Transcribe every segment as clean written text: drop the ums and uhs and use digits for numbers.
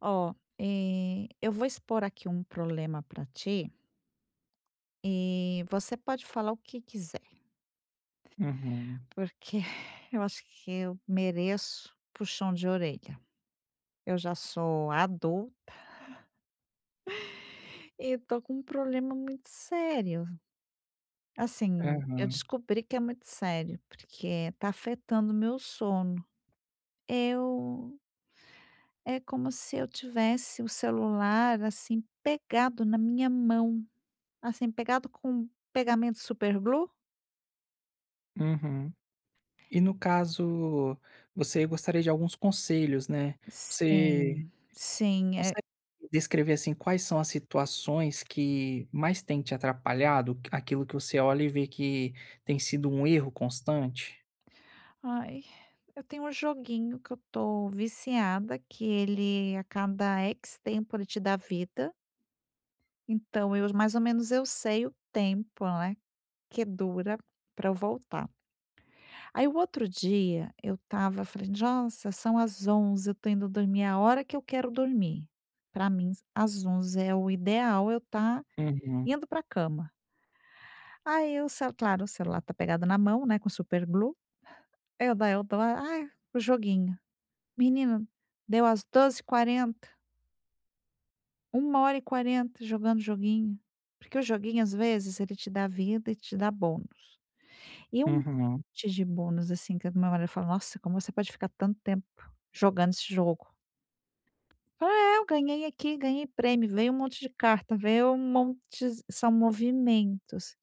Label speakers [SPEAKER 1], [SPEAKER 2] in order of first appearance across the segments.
[SPEAKER 1] Ó, eu vou expor aqui um problema para ti e você pode falar o que quiser,
[SPEAKER 2] Uhum.
[SPEAKER 1] porque eu acho que eu mereço puxão de orelha. Eu já sou adulta e tô com um problema muito sério. Assim, eu
[SPEAKER 2] Aham.
[SPEAKER 1] descobri que é muito sério, porque tá afetando o meu sono. Eu é como se eu tivesse o celular, assim, pegado na minha mão, assim, pegado com um pegamento superglue.
[SPEAKER 2] Uhum. E no caso, você gostaria de alguns conselhos, né. Você
[SPEAKER 1] Sim, sim.
[SPEAKER 2] consegue descrever, assim, quais são as situações que mais têm te atrapalhado? Aquilo que você olha e vê que tem sido um erro constante?
[SPEAKER 1] Ai, eu tenho um joguinho que eu tô viciada, que ele a cada "X" tempo ele te dá vida, então eu mais ou menos eu sei o tempo, né, que dura para eu voltar. Aí o outro dia eu tava falei: "Nossa, são as 11, eu tô indo dormir, é a hora que eu quero dormir". Para mim às 11 é o ideal eu tá
[SPEAKER 2] Uhum.
[SPEAKER 1] indo para cama. Aí o cel claro, o celular tá pegado na mão, né, com superglue. Eu daí eu dou ai, o joguinho. Menina, deu às 12 quarenta, 1:40 jogando joguinho. Porque o joguinho, às vezes, ele te dá vida e te dá bônus. E um
[SPEAKER 2] Uhum.
[SPEAKER 1] monte de bônus, assim, que o meu marido fala: "Nossa, como você pode ficar tanto tempo jogando esse jogo?" Eu falo: "É, eu ganhei aqui, ganhei prêmio, veio um monte de carta, veio um monte", são movimentos.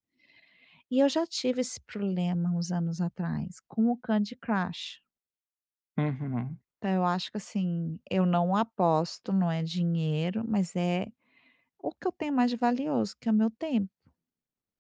[SPEAKER 1] E eu já tive esse problema uns anos atrás com o Candy Crush.
[SPEAKER 2] Uhum.
[SPEAKER 1] Então eu acho que, assim, eu não aposto, não é dinheiro, mas é o que eu tenho mais de valioso, que é o meu tempo.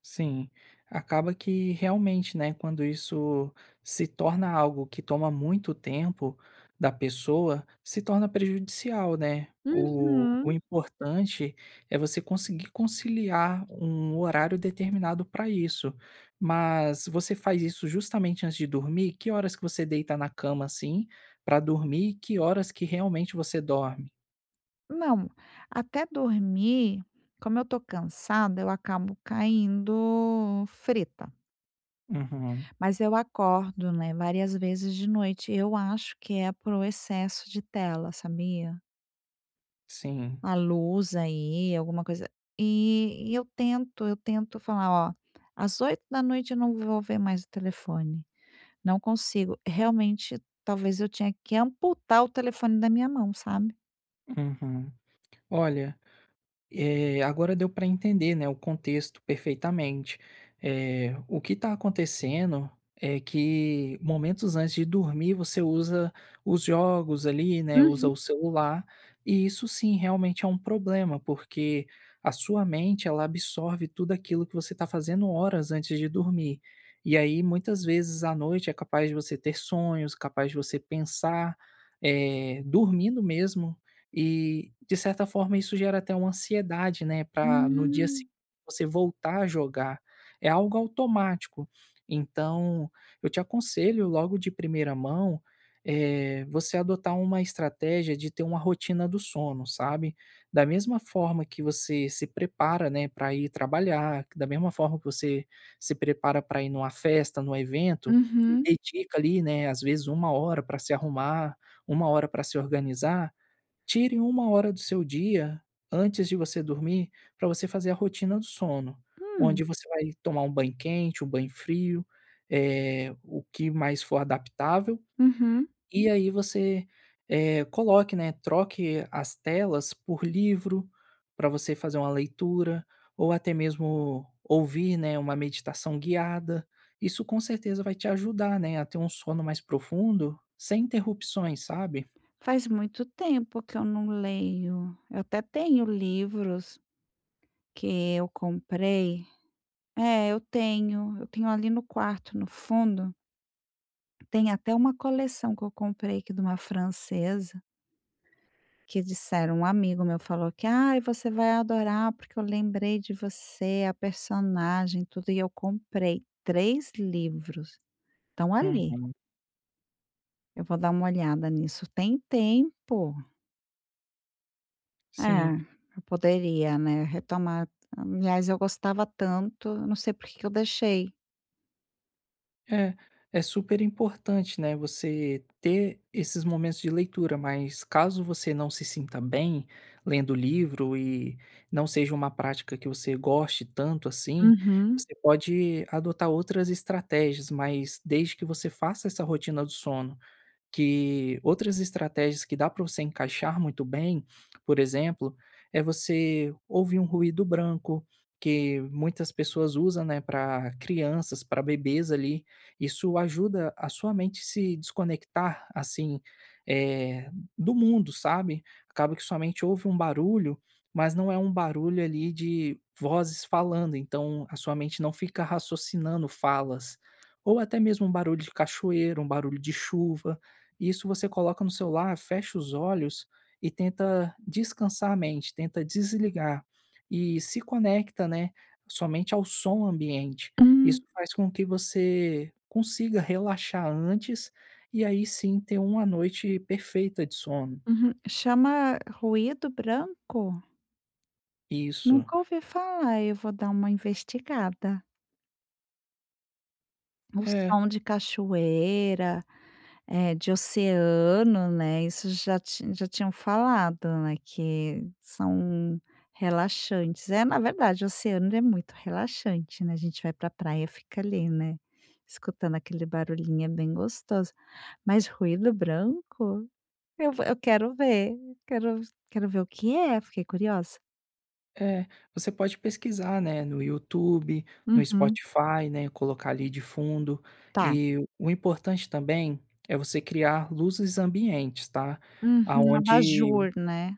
[SPEAKER 2] Sim, acaba que realmente, né, quando isso se torna algo que toma muito tempo da pessoa, se torna prejudicial, né? O
[SPEAKER 1] Uhum.
[SPEAKER 2] importante é você conseguir conciliar um horário determinado para isso. Mas você faz isso justamente antes de dormir? Que horas que você deita na cama assim para dormir? E que horas que realmente você dorme?
[SPEAKER 1] Não, até dormir, como eu tô cansada, eu acabo caindo frita.
[SPEAKER 2] Uhum,
[SPEAKER 1] Mas eu acordo, né, várias vezes de noite. Eu acho que é pro excesso de tela, sabia?
[SPEAKER 2] sim.
[SPEAKER 1] A luz aí, alguma coisa. E eu tento falar, ó, às 8 da noite eu não vou ver mais o telefone. Não consigo. Realmente, talvez eu tinha que amputar o telefone da minha mão, sabe.
[SPEAKER 2] Uhum. Olha, agora deu para entender, né, o contexto perfeitamente. O que está acontecendo é que momentos antes de dormir você usa os jogos ali, né,
[SPEAKER 1] Uhum.
[SPEAKER 2] usa o celular, e isso sim realmente é um problema, porque a sua mente ela absorve tudo aquilo que você está fazendo horas antes de dormir. E aí, muitas vezes à noite é capaz de você ter sonhos, capaz de você pensar, dormindo mesmo e, de certa forma, isso gera até uma ansiedade, né, para no dia
[SPEAKER 1] Hum.
[SPEAKER 2] seguinte você voltar a jogar. É algo automático. Então, eu te aconselho logo de primeira mão, você adotar uma estratégia de ter uma rotina do sono, sabe. Da mesma forma que você se prepara, né, para ir trabalhar, da mesma forma que você se prepara para ir numa festa, num evento, e
[SPEAKER 1] Uhum.
[SPEAKER 2] dedica ali, né, às vezes uma hora para se arrumar, uma hora para se organizar. Tire uma hora do seu dia antes de você dormir para você fazer a rotina do sono,
[SPEAKER 1] Hum.
[SPEAKER 2] onde você vai tomar um banho quente, um banho frio, o que mais for adaptável,
[SPEAKER 1] Uhum.
[SPEAKER 2] e aí você, coloque, né, troque as telas por livro, para você fazer uma leitura, ou até mesmo ouvir, né, uma meditação guiada. Isso com certeza vai te ajudar, né, a ter um sono mais profundo, sem interrupções, sabe?
[SPEAKER 1] Faz muito tempo que eu não leio. Eu até tenho livros que eu comprei. É, eu tenho. Eu tenho ali no quarto, no fundo, tem até uma coleção que eu comprei aqui de uma francesa. Que disseram Um amigo meu falou que: "Ai, você vai adorar, porque eu lembrei de você, a personagem, tudo", e eu comprei 3 livros, estão ali.
[SPEAKER 2] Uhum,
[SPEAKER 1] Eu vou dar uma olhada nisso, tem tempo. É,
[SPEAKER 2] sim.
[SPEAKER 1] eu poderia, né, retomar. Aliás, eu gostava tanto, eu não sei por que que eu deixei.
[SPEAKER 2] É, é super importante, né, você ter esses momentos de leitura, mas caso você não se sinta bem lendo o livro e não seja uma prática que você goste tanto assim,
[SPEAKER 1] Uhum.
[SPEAKER 2] você pode adotar outras estratégias, mas desde que você faça essa rotina do sono. Que outras estratégias que dá para você encaixar muito bem, por exemplo, é você ouvir um ruído branco, que muitas pessoas usam, né, para crianças, para bebês ali. Isso ajuda a sua mente se desconectar, assim, eh, do mundo, sabe. Acaba que sua mente ouve um barulho, mas não é um barulho ali de vozes falando, então a sua mente não fica raciocinando falas. Ou até mesmo um barulho de cachoeira, um barulho de chuva. Isso você coloca no celular, fecha os olhos e tenta descansar a mente, tenta desligar e se conecta, né, somente ao som ambiente. Isso
[SPEAKER 1] Hum,
[SPEAKER 2] faz com que você consiga relaxar antes e aí sim ter uma noite perfeita de sono.
[SPEAKER 1] uhum. Chama Ruído Branco?
[SPEAKER 2] Isso.
[SPEAKER 1] Nunca ouvi falar, eu vou dar uma investigada. O
[SPEAKER 2] É,
[SPEAKER 1] som de cachoeira, de oceano, né, isso já ti já tinham falado, né, que são relaxantes. É, na verdade, o oceano é muito relaxante, né, a gente vai pra praia, e fica ali, né, escutando aquele barulhinho, é bem gostoso. Mas ruído branco, eu quero ver, quero quero ver o que é, fiquei curiosa.
[SPEAKER 2] é, você pode pesquisar, né, no YouTube, no
[SPEAKER 1] Uhum,
[SPEAKER 2] Spotify, né, colocar ali de fundo.
[SPEAKER 1] tá.
[SPEAKER 2] E o importante também é você criar luzes ambientes, tá?
[SPEAKER 1] Uhum,
[SPEAKER 2] Aonde
[SPEAKER 1] abajur, né.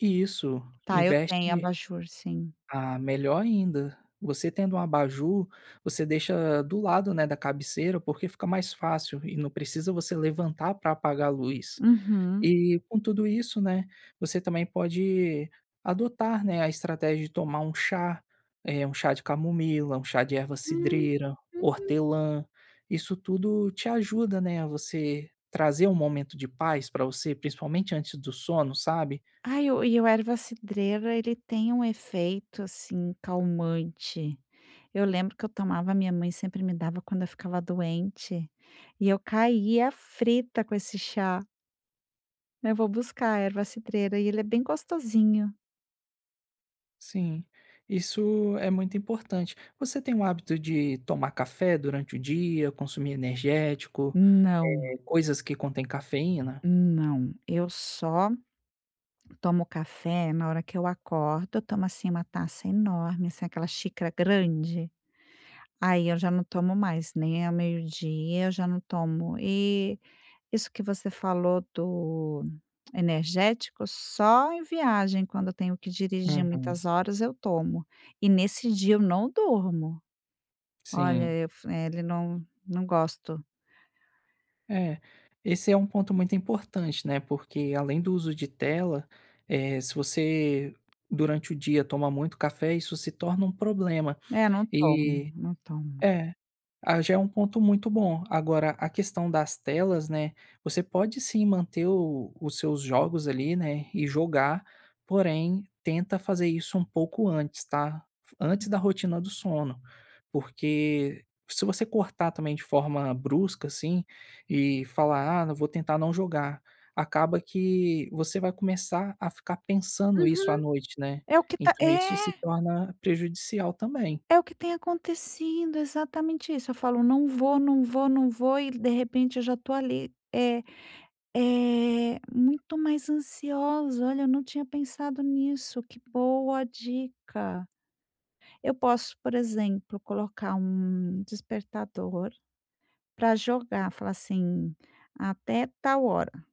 [SPEAKER 2] isso
[SPEAKER 1] Tá, eu tenho
[SPEAKER 2] investe
[SPEAKER 1] abajur, sim.
[SPEAKER 2] a melhor ainda. Você tendo um abajur, você deixa do lado, né, da cabeceira, porque fica mais fácil e não precisa você levantar para apagar a luz.
[SPEAKER 1] Uhum.
[SPEAKER 2] E com tudo isso, né, você também pode adotar, né, a estratégia de tomar um chá, um chá de camomila, um chá de erva
[SPEAKER 1] Uhum.
[SPEAKER 2] cidreira, hortelã. Isso tudo te ajuda, né, a você trazer um momento de paz para você, principalmente antes do sono, sabe.
[SPEAKER 1] Ai, o e o erva cidreira, ele tem um efeito, assim, calmante. Eu lembro que eu tomava minha mãe sempre me dava quando eu ficava doente, e eu caía frita com esse chá. Eu vou buscar a erva cidreira e ele é bem gostosinho.
[SPEAKER 2] Sim, isso é muito importante. Você tem o hábito de tomar café durante o dia, consumir energético,
[SPEAKER 1] Não,
[SPEAKER 2] coisas que contêm cafeína?
[SPEAKER 1] não. Eu só tomo café na hora que eu acordo, eu tomo, assim, uma taça enorme, assim, aquela xícara grande, aí eu já não tomo mais, nem ao meio-dia eu já não tomo. E isso que você falou do energético, só em viagem, quando eu tenho que dirigir muitas
[SPEAKER 2] Uhum,
[SPEAKER 1] horas, eu tomo. E nesse dia eu não durmo. Olha,
[SPEAKER 2] sim.
[SPEAKER 1] eu f ele não não gosto.
[SPEAKER 2] É, esse é um ponto muito importante, né? Porque além do uso de tela, se você durante o dia toma muito café, isso se torna um problema.
[SPEAKER 1] É, não tomo,
[SPEAKER 2] E
[SPEAKER 1] não tomo.
[SPEAKER 2] é. Ah, já é um ponto muito bom. Agora, a questão das telas, né? Você pode sim manter os seus jogos ali, né? E jogar, porém, tenta fazer isso um pouco antes, tá? Antes da rotina do sono. Porque se você cortar também de forma brusca, assim, e falar, ah, eu vou tentar não jogar, acaba que você vai começar a ficar pensando isso à
[SPEAKER 1] Uhum.
[SPEAKER 2] noite, né?
[SPEAKER 1] É o que tá
[SPEAKER 2] Então, isso se
[SPEAKER 1] é,
[SPEAKER 2] torna prejudicial também.
[SPEAKER 1] é o que tem acontecido, exatamente isso. Eu falo: "Não vou, não vou, não vou", e de repente eu já tô ali, é muito mais ansiosa. Olha, eu não tinha pensado nisso. Que boa dica. Eu posso, por exemplo, colocar um despertador para jogar, falar assim: "Até tal hora".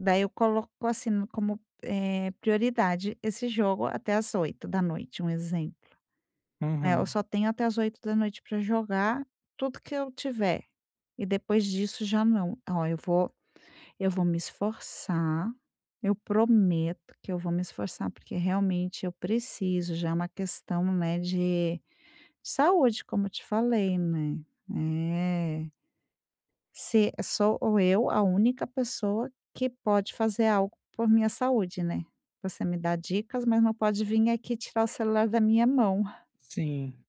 [SPEAKER 1] Daí eu coloco, assim, como, prioridade esse jogo até as 8 da noite, um exemplo, né. Eu
[SPEAKER 2] Uhum.
[SPEAKER 1] só tenho até as 8 da noite para jogar tudo que eu tiver e depois disso já não. Ó, eu vou me esforçar, eu prometo que eu vou me esforçar, porque realmente eu preciso, já é uma questão, né, de saúde, como eu te falei, né. É, se sou eu a única pessoa que pode fazer algo por minha saúde, né. Você me dá dicas, mas não pode vir aqui tirar o celular da minha mão.
[SPEAKER 2] Sim.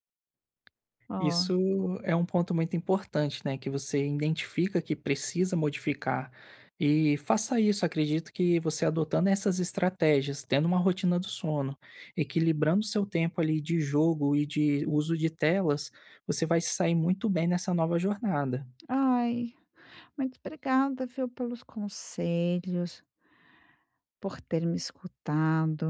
[SPEAKER 1] Ó,
[SPEAKER 2] Isso é um ponto muito importante, né, que você identifica que precisa modificar. E faça isso, acredito que você adotando essas estratégias, tendo uma rotina do sono, equilibrando seu tempo ali de jogo e de uso de telas, você vai se sair muito bem nessa nova jornada.
[SPEAKER 1] ai, muito obrigada, viu, pelos conselhos, por ter me escutado,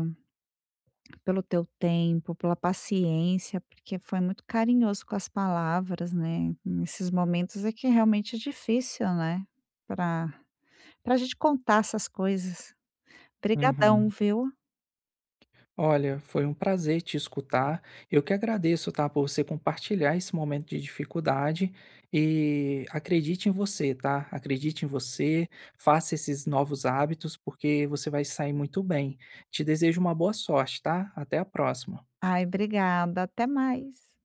[SPEAKER 1] pelo teu tempo, pela paciência, porque foi muito carinhoso com as palavras, né. Nesses momentos é que realmente é difícil, né, Para pra gente contar essas coisas. Obrigadão,
[SPEAKER 2] Uhum.
[SPEAKER 1] viu.
[SPEAKER 2] Olha, foi um prazer te escutar. Eu que agradeço, tá, por você compartilhar esse momento de dificuldade e acredite em você, tá? Acredite em você, faça esses novos hábitos porque você vai sair muito bem. Te desejo uma boa sorte, tá? Até a próxima.
[SPEAKER 1] Ai, obrigada. Até mais.